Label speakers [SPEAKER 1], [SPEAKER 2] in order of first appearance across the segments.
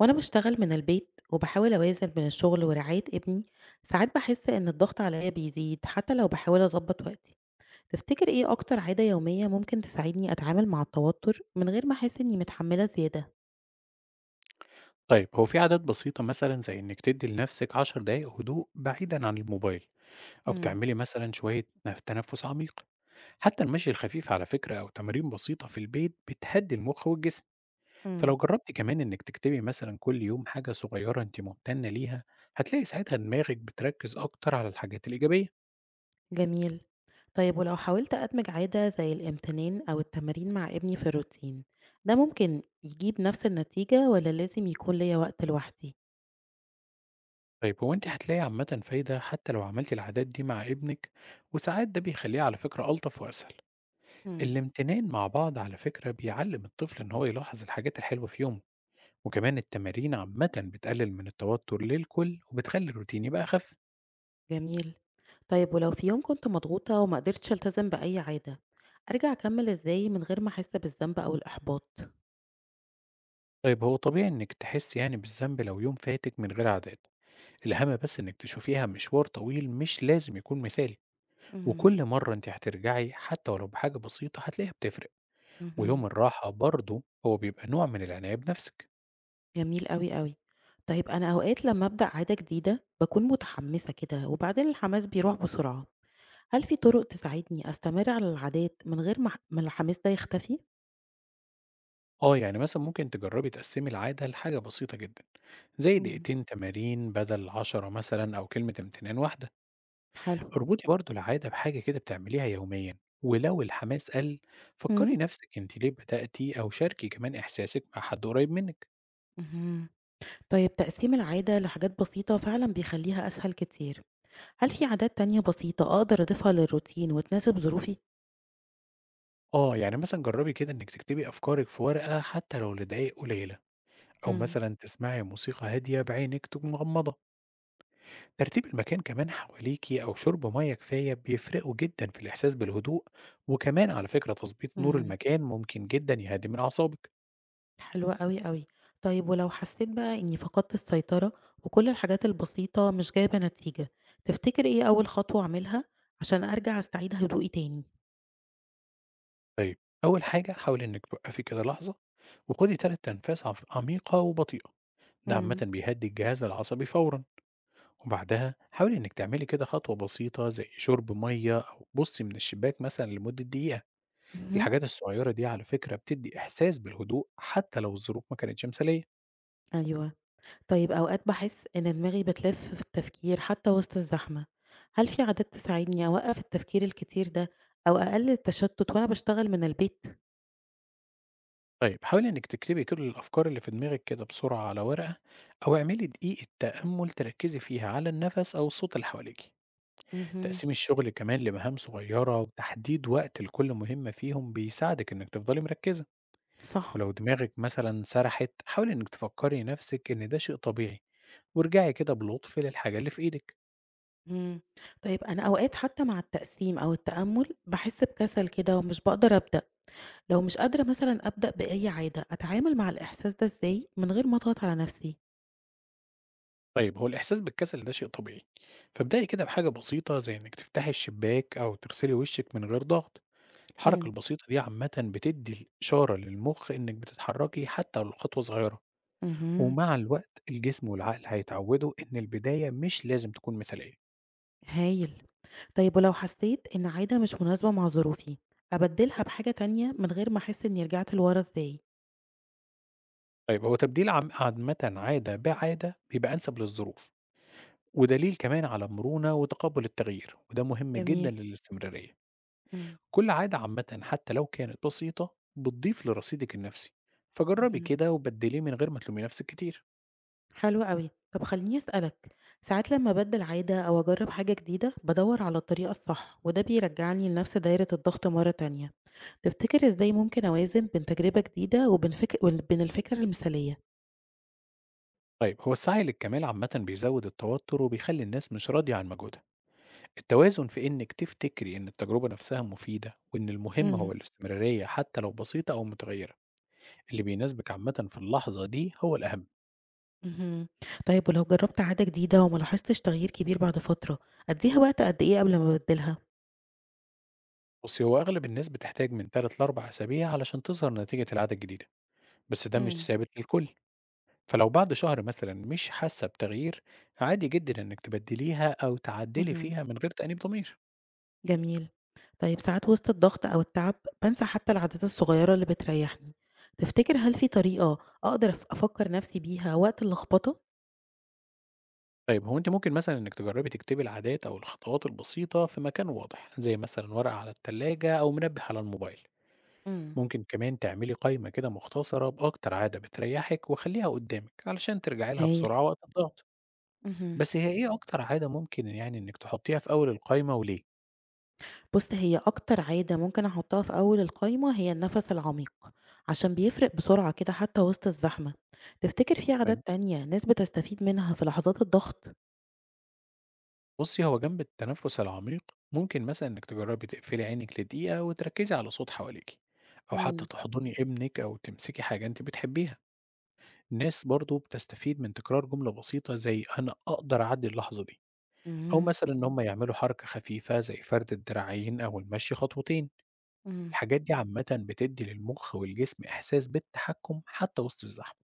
[SPEAKER 1] وأنا بشتغل من البيت وباحاول أوازن بين الشغل ورعاية ابني. ساعات بحس إن الضغط عليا بيزيد حتى لو بحاول أظبط وقتي. تفتكر إيه أكتر عادة يومية ممكن تساعدني أتعامل مع التوتر من غير ما أحس إني متحملة زيادة؟
[SPEAKER 2] طيب هو في عادات بسيطة مثلا زي إنك تدي لنفسك عشر دقايق هدوء بعيدا عن الموبايل أو
[SPEAKER 1] مم.
[SPEAKER 2] تعملي مثلا شوية تنفس عميق. حتى المشي الخفيف على فكرة أو تمارين بسيطة في البيت بتهدي المخ والجسم.
[SPEAKER 1] مم.
[SPEAKER 2] فلو جربتي كمان إنك تكتبي مثلا كل يوم حاجة صغيرة أنت ممتنة ليها، هتلاقي ساعتها دماغك بتركز أكتر على الحاجات الإيجابية.
[SPEAKER 1] جميل. طيب ولو حاولت أدمج عادة زي الامتنان أو التمارين مع ابني في الروتين، ده ممكن يجيب نفس النتيجة ولا لازم يكون ليا وقت لوحدي؟
[SPEAKER 2] طيب هو أنت هتلاقي عامة فايدة حتى لو عملتي العادات دي مع ابنك، وساعات ده بيخليه على فكرة ألطف وأسهل.
[SPEAKER 1] مم.
[SPEAKER 2] الامتنان مع بعض على فكرة بيعلم الطفل إن هو يلاحظ الحاجات الحلوة في يومه، وكمان التمارين عامة بتقلل من التوتر للكل وبتخلي الروتين يبقى أخف.
[SPEAKER 1] جميل. طيب ولو في يوم كنت مضغوطة وما قدرتش ألتزم بأي عادة، أرجع أكمل إزاي من غير ما أحس بالذنب أو الإحباط؟
[SPEAKER 2] طيب هو طبيعي إنك تحس يعني بالذنب لو يوم فاتك من غير عادات. الأهم بس إنك تشوفيها مشوار طويل مش لازم يكون مثالي.
[SPEAKER 1] امم.
[SPEAKER 2] وكل مرة أنت هترجعي حتى ولو بحاجة بسيطة هتلاقيها بتفرق.
[SPEAKER 1] اهم.
[SPEAKER 2] ويوم الراحة برضه هو بيبقى نوع من العناية بنفسك.
[SPEAKER 1] جميل أوي، أوي. طيب أنا أوقات لمّا أبدأ عادة جديدة باكون متحمسة كده وبعدين الحماس بيروح بسرعة. هل في طرق تساعدني أستمر على العادات من غير ما الحماس ده يختفي؟
[SPEAKER 2] آه يعني مثلا ممكن تجربي تقسمي العادة لحاجة بسيطة جدا، زي
[SPEAKER 1] امم.
[SPEAKER 2] دقيقتين تمارين بدل 10 مثلا أو كلمة امتنان واحدة.
[SPEAKER 1] حلو.
[SPEAKER 2] اربطي برضه العادة بحاجة كده بتعمليها يوميا، ولو الحماس قل
[SPEAKER 1] امم.
[SPEAKER 2] فكري نفسك انت ليه بدأتي أو شاركي كمان إحساسك مع حد قريب منك.
[SPEAKER 1] اهم. طيب تقسيم العادة لحاجات بسيطة فعلًا بيخلّيها أسهل كتير. هل في عادات تانية بسيطة أقدر أضيفها للروتين وتناسب ظروفي؟
[SPEAKER 2] اه يعني مثلا جربي كده انك تكتبي أفكارك في ورقة حتى لو لدقايق قليلة، أو
[SPEAKER 1] امم.
[SPEAKER 2] مثلا تسمعي موسيقى هادية بعينك تكون مغمضة. ترتيب المكان كمان حواليكي أو شرب مية كفاية بيفرقوا جدا في الإحساس بالهدوء. وكمان على فكرة تظبيط نور
[SPEAKER 1] امم.
[SPEAKER 2] المكان ممكن جدا يهدي من أعصابك.
[SPEAKER 1] حلوة أوي، أوي. طيب ولو حسيت بقى إني فقدت السيطرة، وكل الحاجات البسيطة مش جايبة نتيجة، تفتكر إيه أول خطوة أعملها عشان أرجع أستعيد هدوئي تاني؟
[SPEAKER 2] طيب، أول حاجة حاولي إنك توقفي كده لحظة وخدي تلات أنفاس عميقة وبطيئة. ده عامة
[SPEAKER 1] امم.
[SPEAKER 2] بيهدي الجهاز العصبي فورا. وبعدها حاولي إنك تعملي كده خطوة بسيطة زي شرب مية أو بصي من الشباك مثلا لمدة دقيقة.
[SPEAKER 1] مهم.
[SPEAKER 2] الحاجات الصغيرة دي على فكرة بتدي إحساس بالهدوء حتى لو الظروف ما كانتش مثالية.
[SPEAKER 1] أيوة. طيب أوقات بحس إن دماغي بتلف في التفكير حتى وسط الزحمة. هل في عادات تساعدني أوقف التفكير الكتير ده، أو أقلل التشتت وأنا بشتغل من البيت؟
[SPEAKER 2] طيب حاولي إنك تكتبي كل الأفكار اللي في دماغك كده بسرعة على ورقة، أو اعملي دقيقة تأمل تركزي فيها على النفس أو الصوت اللي حواليك.
[SPEAKER 1] امم.
[SPEAKER 2] تقسيم الشغل كمان لمهام صغيرة وتحديد وقت لكل مهمة فيهم بيساعدك إنك تفضلي مركزة.
[SPEAKER 1] صح.
[SPEAKER 2] ولو دماغك مثلا سرحت حاولي إنك تفكري نفسك إن ده شيء طبيعي، وارجعي كده بلطف للحاجة اللي في إيدك.
[SPEAKER 1] إمم. طيب أنا أوقات حتى مع التقسيم أو التأمُّل باحس بكسل كده ومش باقدر أبدأ، لو مش قادرة مثلًا أبدأ بأي عادة، أتعامل مع الإحساس ده إزاي من غير ما أضغط على نفسي؟
[SPEAKER 2] طيب هو الإحساس بالكسل ده شيء طبيعي، فابدأي كده بحاجة بسيطة زي إنك تفتحي الشباك أو تغسلي وشك من غير ضغط. الحركة
[SPEAKER 1] إمم.
[SPEAKER 2] البسيطة دي عامة بتدي إشارة للمخ إنك بتتحركي حتى لو الخطوة صغيرة.
[SPEAKER 1] اهم.
[SPEAKER 2] ومع الوقت الجسم والعقل هيتعودوا إن البداية مش لازم تكون مثالية.
[SPEAKER 1] هايل. طيب ولو حسيت إن عادة مش مناسبة مع ظروفي، أبدِّلها بحاجة تانية من غير ما أحس إني رجعت لورا إزاي؟
[SPEAKER 2] طيب هو تبديل عامةً عادة بعادة بيبقى أنسب للظروف، ودليل كمان على مرونة وتقبُّل التغيير، وده مهم جدًا
[SPEAKER 1] جميل.
[SPEAKER 2] للاستمرارية.
[SPEAKER 1] إمم.
[SPEAKER 2] كل عادة عامةً حتى لو كانت بسيطة بتضيف لرصيدك النفسي، فجرّبي
[SPEAKER 1] اهم.
[SPEAKER 2] كده وبدّليه من غير ما تلومي نفسِك كتير.
[SPEAKER 1] حلو أوي. طب خلّيني أسألك، ساعات لمّا أبدِّل عادة أو أجرّب حاجة جديدة، بادوّر على الطريقة الصح وده بيرجّعني لنفس دايرة الضغط مرّة تانية. تفتكر إزاي ممكن أوازن بين تجربة جديدة وبين الفكرة المثالية؟
[SPEAKER 2] طيب هو السعي للكمال عامةً بيزوّد التوتر وبيخلّي الناس مش راضية عن مجهودها. التوازن في إنِّك تفتكري إن التجربة نفسها مفيدة وإن المهم
[SPEAKER 1] إمم،
[SPEAKER 2] هو الاستمرارية حتى لو بسيطة أو متغيّرة، اللي بيناسبِك عامةً في اللحظة دي هو الأهم.
[SPEAKER 1] اهم. طيب ولو جرّبت عادة جديدة وما لاحظتش تغيير كبير بعد فترة، أدّيها وقت قد إيه قبل ما أبدّلها؟
[SPEAKER 2] بُصي، هو أغلب الناس بتحتاج من 3 ل4 أسابيع علشان تظهر نتيجة العادة الجديدة، بس ده مش
[SPEAKER 1] إمم،
[SPEAKER 2] ثابت للكل، فلو بعد شهر مثلًا مش حاسة بتغيير، عادي جدًا إنِك تبدليها أو تعدلي
[SPEAKER 1] اهم،
[SPEAKER 2] فيها من غير تأنيب ضمير.
[SPEAKER 1] جميل. طيب ساعات وسط الضغط أو التعب بانسى حتى العادات الصغيرة اللي بتريّحني. تفتكر هل في طريقة أقدر أفكّر نَفْسي بيها وقت اللخبطة؟
[SPEAKER 2] طيب هو أنتِ ممكن مثلًا إنِك تجربي تكتبي العادات أو الخطوات البسيطة في مكان واضح، زي مثلًا ورقة على التلاجة أو منبه على الموبايل.
[SPEAKER 1] إمم.
[SPEAKER 2] ممكن كمان تعملي قايمة كده مختصرة بأكتر عادة بتريحِك وخليها قدامِك علشان ترجعي لها
[SPEAKER 1] هايل.
[SPEAKER 2] بسرعة وقت الضغط.
[SPEAKER 1] اهم.
[SPEAKER 2] بس هي إيه أكتر عادة ممكن يعني إنِك تحطيها في أول القايمة وليه؟
[SPEAKER 1] بُص، هي أكتر عادة ممكن أحطها في أول القايمة هي النفس العميق، عشان بيفرق بسرعة كده حتى وسط الزحمة. تفتكر في
[SPEAKER 2] تمام.
[SPEAKER 1] عادات تانية ناس بتستفيد منها في لحظات الضغط؟
[SPEAKER 2] بصي هو جنب التنفس العميق ممكن مثلا انك تجربي تقفلي عينك لدقيقة وتركزي على صوت حواليكي، او حتى
[SPEAKER 1] امم،
[SPEAKER 2] تحضني ابنك او تمسكي حاجة انت بتحبيها. الناس برضو بتستفيد من تكرار جملة بسيطة زي انا اقدر اعدي اللحظة دي، او
[SPEAKER 1] امم،
[SPEAKER 2] مثلا ان هم يعملوا حركة خفيفة زي فرد الدراعين او المشي خطوتين.
[SPEAKER 1] امم.
[SPEAKER 2] الحاجات دي عامة بتدي للمخ والجسم احساس بالتحكم حتى وسط الزحمة.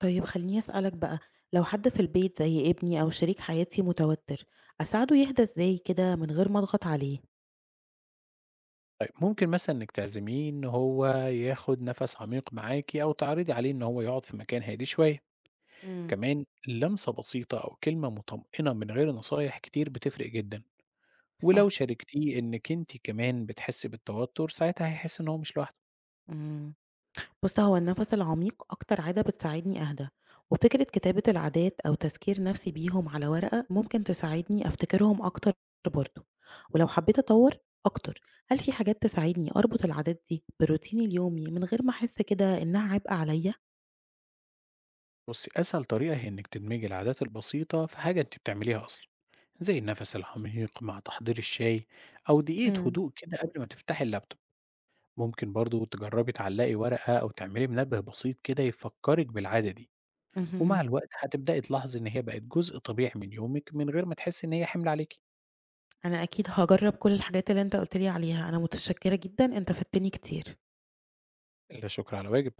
[SPEAKER 1] طيب خليني أسألك بقى، لو حد في البيت زي ابني أو شريك حياتي متوتر، أساعده يهدى إزاي كده من غير ما أضغط عليه؟
[SPEAKER 2] طيب ممكن مثلا انك تعزميه ان هو ياخد نفس عميق معاكي او تعرضي عليه ان هو يقعد في مكان هادي شوية.
[SPEAKER 1] امم،
[SPEAKER 2] كمان لمسة بسيطة أو كلمة مطمئنة من غير نصايح كتير بتفرق جدا. ولو
[SPEAKER 1] صح،
[SPEAKER 2] شاركتيه إنك أنت كمان بتحسي بالتوتر ساعتها هيحس إن هو مش لوحده.
[SPEAKER 1] امم. بُص، هو النفس العميق أكتر عادة بتساعدني أهدى، وفكرة كتابة العادات أو تذكير نفسي بيهم على ورقة ممكن تساعدني أفتكرهم أكتر برضه، ولو حبيت أطوّر أكتر، هل في حاجات تساعدني أربط العادات دي بروتيني اليومي من غير ما أحس كده إنها عبء عليّا؟
[SPEAKER 2] بصي أسهل طريقة هي إنك تدمجي العادات البسيطة في حاجة أنت بتعمليها أصلا، زي النفس العميق مع تحضير الشاي، أو دقيقة
[SPEAKER 1] إمم.
[SPEAKER 2] هدوء كده قبل ما تفتحي اللابتوب. ممكن برضو تجربي تعلقي ورقة أو تعملي منبه بسيط كده يفكرك بالعادة دي.
[SPEAKER 1] اهم.
[SPEAKER 2] ومع الوقت هتبدأي تلاحظي إن هي بقت جزء طبيعي من يومك من غير ما تحسي إن هي حمل عليكي.
[SPEAKER 1] أنا أكيد هاجرّب كل الحاجات اللي أنت قُلت لي عليها، أنا متشكرة جدًا، أنت فدتني كتير.
[SPEAKER 2] لا شكر على واجب.